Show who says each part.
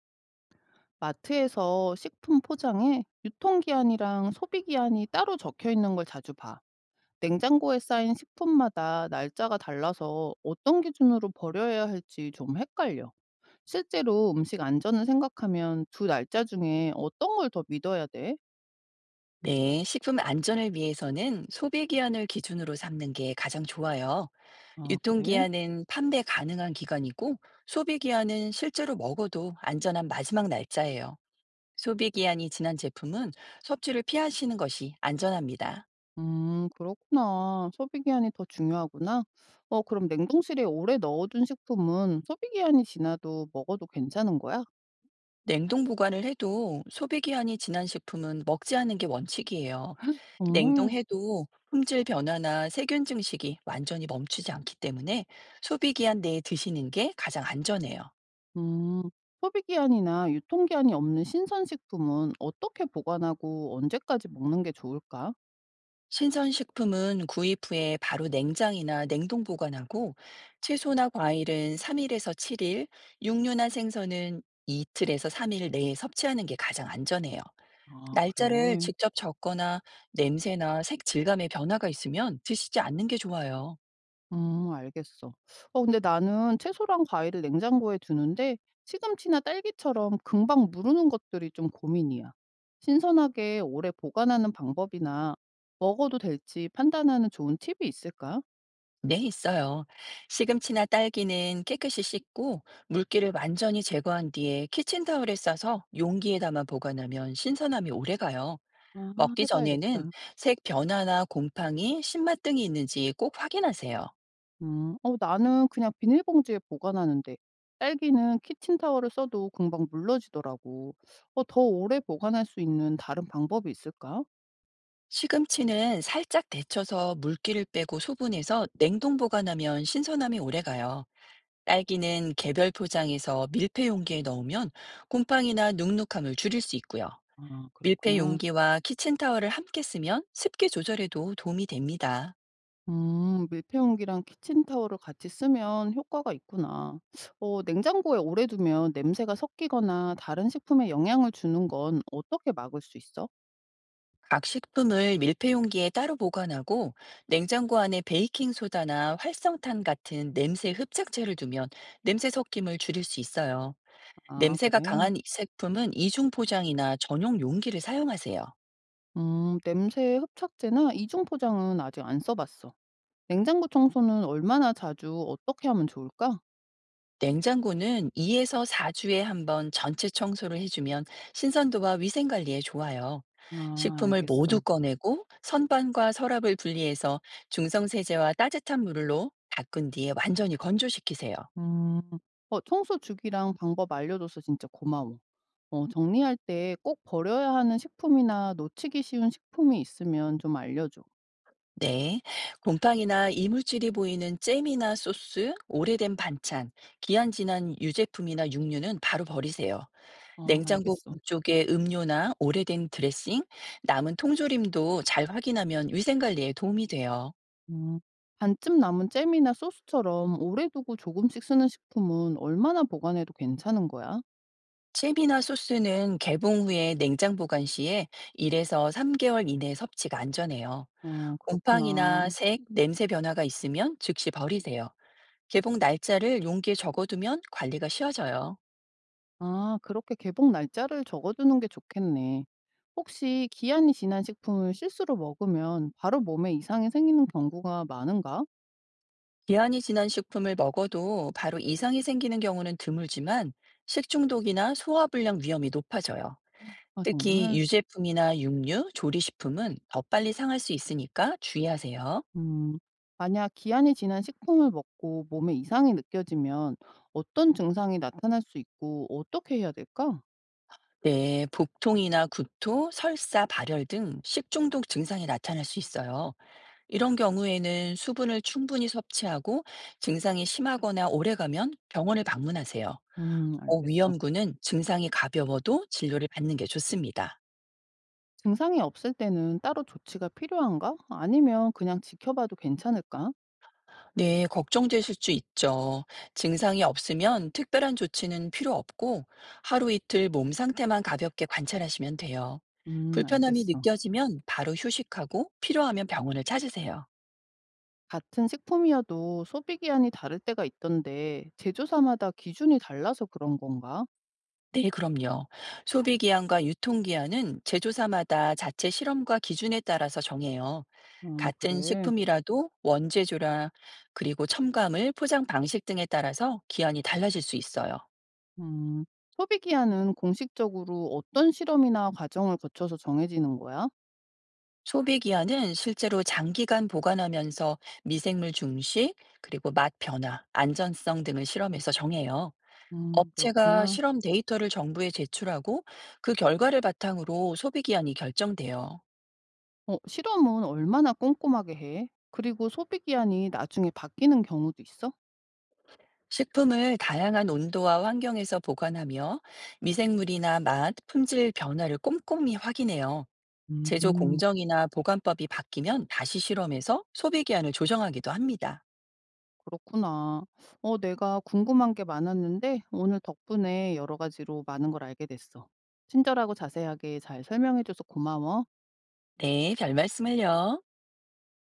Speaker 1: 마트에서 식품 포장에 유통기한이랑 소비기한이 따로 적혀 있는 걸 자주 봐. 냉장고에 쌓인 식품마다 날짜가 달라서 어떤 기준으로 버려야 할지 좀 헷갈려. 실제로 음식 안전을 생각하면 두 날짜 중에 어떤 걸 더 믿어야 돼?
Speaker 2: 네, 식품 안전을 위해서는 소비기한을 기준으로 삼는 게 가장 좋아요.
Speaker 1: 아, 그래?
Speaker 2: 유통기한은 판매 가능한 기간이고, 소비기한은 실제로 먹어도 안전한 마지막 날짜예요. 소비기한이 지난 제품은 섭취를 피하시는 것이 안전합니다.
Speaker 1: 그렇구나. 소비기한이 더 중요하구나. 어, 그럼 냉동실에 오래 넣어둔 식품은 소비기한이 지나도 먹어도 괜찮은 거야?
Speaker 2: 냉동 보관을 해도 소비기한이 지난 식품은 먹지 않는 게 원칙이에요.
Speaker 1: 정말?
Speaker 2: 냉동해도 품질 변화나 세균 증식이 완전히 멈추지 않기 때문에 소비기한 내에 드시는 게 가장 안전해요.
Speaker 1: 음, 소비기한이나 유통기한이 없는 신선식품은 어떻게 보관하고 언제까지 먹는 게 좋을까?
Speaker 2: 신선식품은 구입 후에 바로 냉장이나 냉동 보관하고, 채소나 과일은 3일에서 7일, 육류나 생선은 이틀에서 3일 내에 섭취하는 게 가장 안전해요.
Speaker 1: 아,
Speaker 2: 날짜를
Speaker 1: 그래.
Speaker 2: 직접 적거나 냄새나 색 질감의 변화가 있으면 드시지 않는 게 좋아요.
Speaker 1: 알겠어. 어, 근데 나는 채소랑 과일을 냉장고에 두는데 시금치나 딸기처럼 금방 무르는 것들이 좀 고민이야. 신선하게 오래 보관하는 방법이나 먹어도 될지 판단하는 좋은 팁이 있을까?
Speaker 2: 네, 있어요. 시금치나 딸기는 깨끗이 씻고 물기를 완전히 제거한 뒤에 키친타올에 싸서 용기에 담아 보관하면 신선함이 오래 가요.
Speaker 1: 아,
Speaker 2: 먹기 전에는
Speaker 1: 해봐야겠다.
Speaker 2: 색 변화나 곰팡이, 신맛 등이 있는지 꼭 확인하세요.
Speaker 1: 음. 어 나는 그냥 비닐봉지에 보관하는데 딸기는 키친타월을 써도 금방 물러지더라고. 어, 더 오래 보관할 수 있는 다른 방법이 있을까?
Speaker 2: 시금치는 살짝 데쳐서 물기를 빼고 소분해서 냉동 보관하면 신선함이 오래가요. 딸기는 개별 포장해서 밀폐 용기에 넣으면 곰팡이나 눅눅함을 줄일 수 있고요.
Speaker 1: 아,
Speaker 2: 밀폐
Speaker 1: 그렇구나.
Speaker 2: 용기와 키친타월을 함께 쓰면 습기 조절에도 도움이 됩니다.
Speaker 1: 밀폐용기랑 키친타월을 같이 쓰면 효과가 있구나. 어, 냉장고에 오래 두면 냄새가 섞이거나 다른 식품에 영향을 주는 건 어떻게 막을 수 있어?
Speaker 2: 각 식품을 밀폐 용기에 따로 보관하고 냉장고 안에 베이킹 소다나 활성탄 같은 냄새 흡착제를 두면 냄새 섞임을 줄일 수 있어요.
Speaker 1: 아,
Speaker 2: 냄새가
Speaker 1: 그래.
Speaker 2: 강한 이 식품은 이중 포장이나 전용 용기를 사용하세요.
Speaker 1: 냄새 흡착제나 이중 포장은 아직 안 써봤어. 냉장고 청소는 얼마나 자주 어떻게 하면 좋을까?
Speaker 2: 냉장고는 2에서 4주에 한번 전체 청소를 해주면 신선도와 위생 관리에 좋아요.
Speaker 1: 아
Speaker 2: 식품을 모두
Speaker 1: 알겠어.
Speaker 2: 꺼내고 선반과 서랍을 분리해서 중성세제와 따뜻한 물로 닦은 뒤에 완전히 건조시키세요.
Speaker 1: 음. 어 청소 주기랑 방법 알려줘서 진짜 고마워. 어 정리할 때 꼭 버려야 하는 식품이나 놓치기 쉬운 식품이 있으면 좀 알려줘.
Speaker 2: 네, 곰팡이나 이물질이 보이는 잼이나 소스, 오래된 반찬, 기한 지난 유제품이나 육류는 바로 버리세요.
Speaker 1: 아
Speaker 2: 냉장고
Speaker 1: 알겠어.
Speaker 2: 쪽에 음료나 오래된 드레싱, 남은 통조림도 잘 확인하면 위생 관리에 도움이 돼요.
Speaker 1: 음. 반쯤 남은 잼이나 소스처럼 오래 두고 조금씩 쓰는 식품은 얼마나 보관해도 괜찮은 거야?
Speaker 2: 잼이나 소스는 개봉 후에 냉장 보관 시에 1에서 3개월 이내 섭취가 안전해요.
Speaker 1: 어 그렇구나.
Speaker 2: 곰팡이나 색, 냄새 변화가 있으면 즉시 버리세요. 개봉 날짜를 용기에 적어두면 관리가 쉬워져요.
Speaker 1: 아 그렇게 개봉 날짜를 적어두는 게 좋겠네. 혹시 기한이 지난 식품을 실수로 먹으면 바로 몸에 이상이 생기는 경우가 많은가?
Speaker 2: 기한이 지난 식품을 먹어도 바로 이상이 생기는 경우는 드물지만 식중독이나 소화불량 위험이 높아져요.
Speaker 1: 아
Speaker 2: 특히
Speaker 1: 정말?
Speaker 2: 유제품이나 육류, 조리식품은 더 빨리 상할 수 있으니까 주의하세요.
Speaker 1: 음. 만약 기한이 지난 식품을 먹고 몸에 이상이 느껴지면 어떤 증상이 나타날 수 있고 어떻게 해야 될까?
Speaker 2: 네, 복통이나 구토, 설사, 발열 등 식중독 증상이 나타날 수 있어요. 이런 경우에는 수분을 충분히 섭취하고 증상이 심하거나 오래가면 병원을 방문하세요.
Speaker 1: 알겠어.
Speaker 2: 고위험군은 증상이 가벼워도 진료를 받는 게 좋습니다.
Speaker 1: 증상이 없을 때는 따로 조치가 필요한가? 아니면 그냥 지켜봐도 괜찮을까?
Speaker 2: 네, 걱정되실 수 있죠. 증상이 없으면 특별한 조치는 필요 없고 하루 이틀 몸 상태만 가볍게 관찰하시면 돼요. 불편함이
Speaker 1: 알겠어.
Speaker 2: 느껴지면 바로 휴식하고 필요하면 병원을 찾으세요.
Speaker 1: 같은 식품이어도 소비 기한이 다를 때가 있던데 제조사마다 기준이 달라서 그런 건가?
Speaker 2: 네, 그럼요. 소비기한과 유통기한은 제조사마다 자체 실험과 기준에 따라서 정해요.
Speaker 1: 아
Speaker 2: 같은
Speaker 1: 그래.
Speaker 2: 식품이라도 원재료라 그리고 첨가물, 포장 방식 등에 따라서 기한이 달라질 수 있어요.
Speaker 1: 음. 소비 기한은 공식적으로 어떤 실험이나 과정을 거쳐서 정해지는 거야?
Speaker 2: 소비 기한은 실제로 장기간 보관하면서 미생물 중식, 그리고 맛 변화, 안전성 등을 실험해서 정해요. 업체가
Speaker 1: 그렇구나.
Speaker 2: 실험 데이터를 정부에 제출하고 그 결과를 바탕으로 소비 기한이 결정돼요.
Speaker 1: 어 실험은 얼마나 꼼꼼하게 해? 그리고 소비 기한이 나중에 바뀌는 경우도 있어?
Speaker 2: 식품을 다양한 온도와 환경에서 보관하며 미생물이나 맛, 품질 변화를 꼼꼼히 확인해요. 제조
Speaker 1: 음
Speaker 2: 공정이나 보관법이 바뀌면 다시 실험해서 소비 기한을 조정하기도 합니다.
Speaker 1: 그렇구나. 어 내가 궁금한 게 많았는데 오늘 덕분에 여러 가지로 많은 걸 알게 됐어. 친절하고 자세하게 잘 설명해 줘서 고마워.
Speaker 2: 네, 별 말씀을요.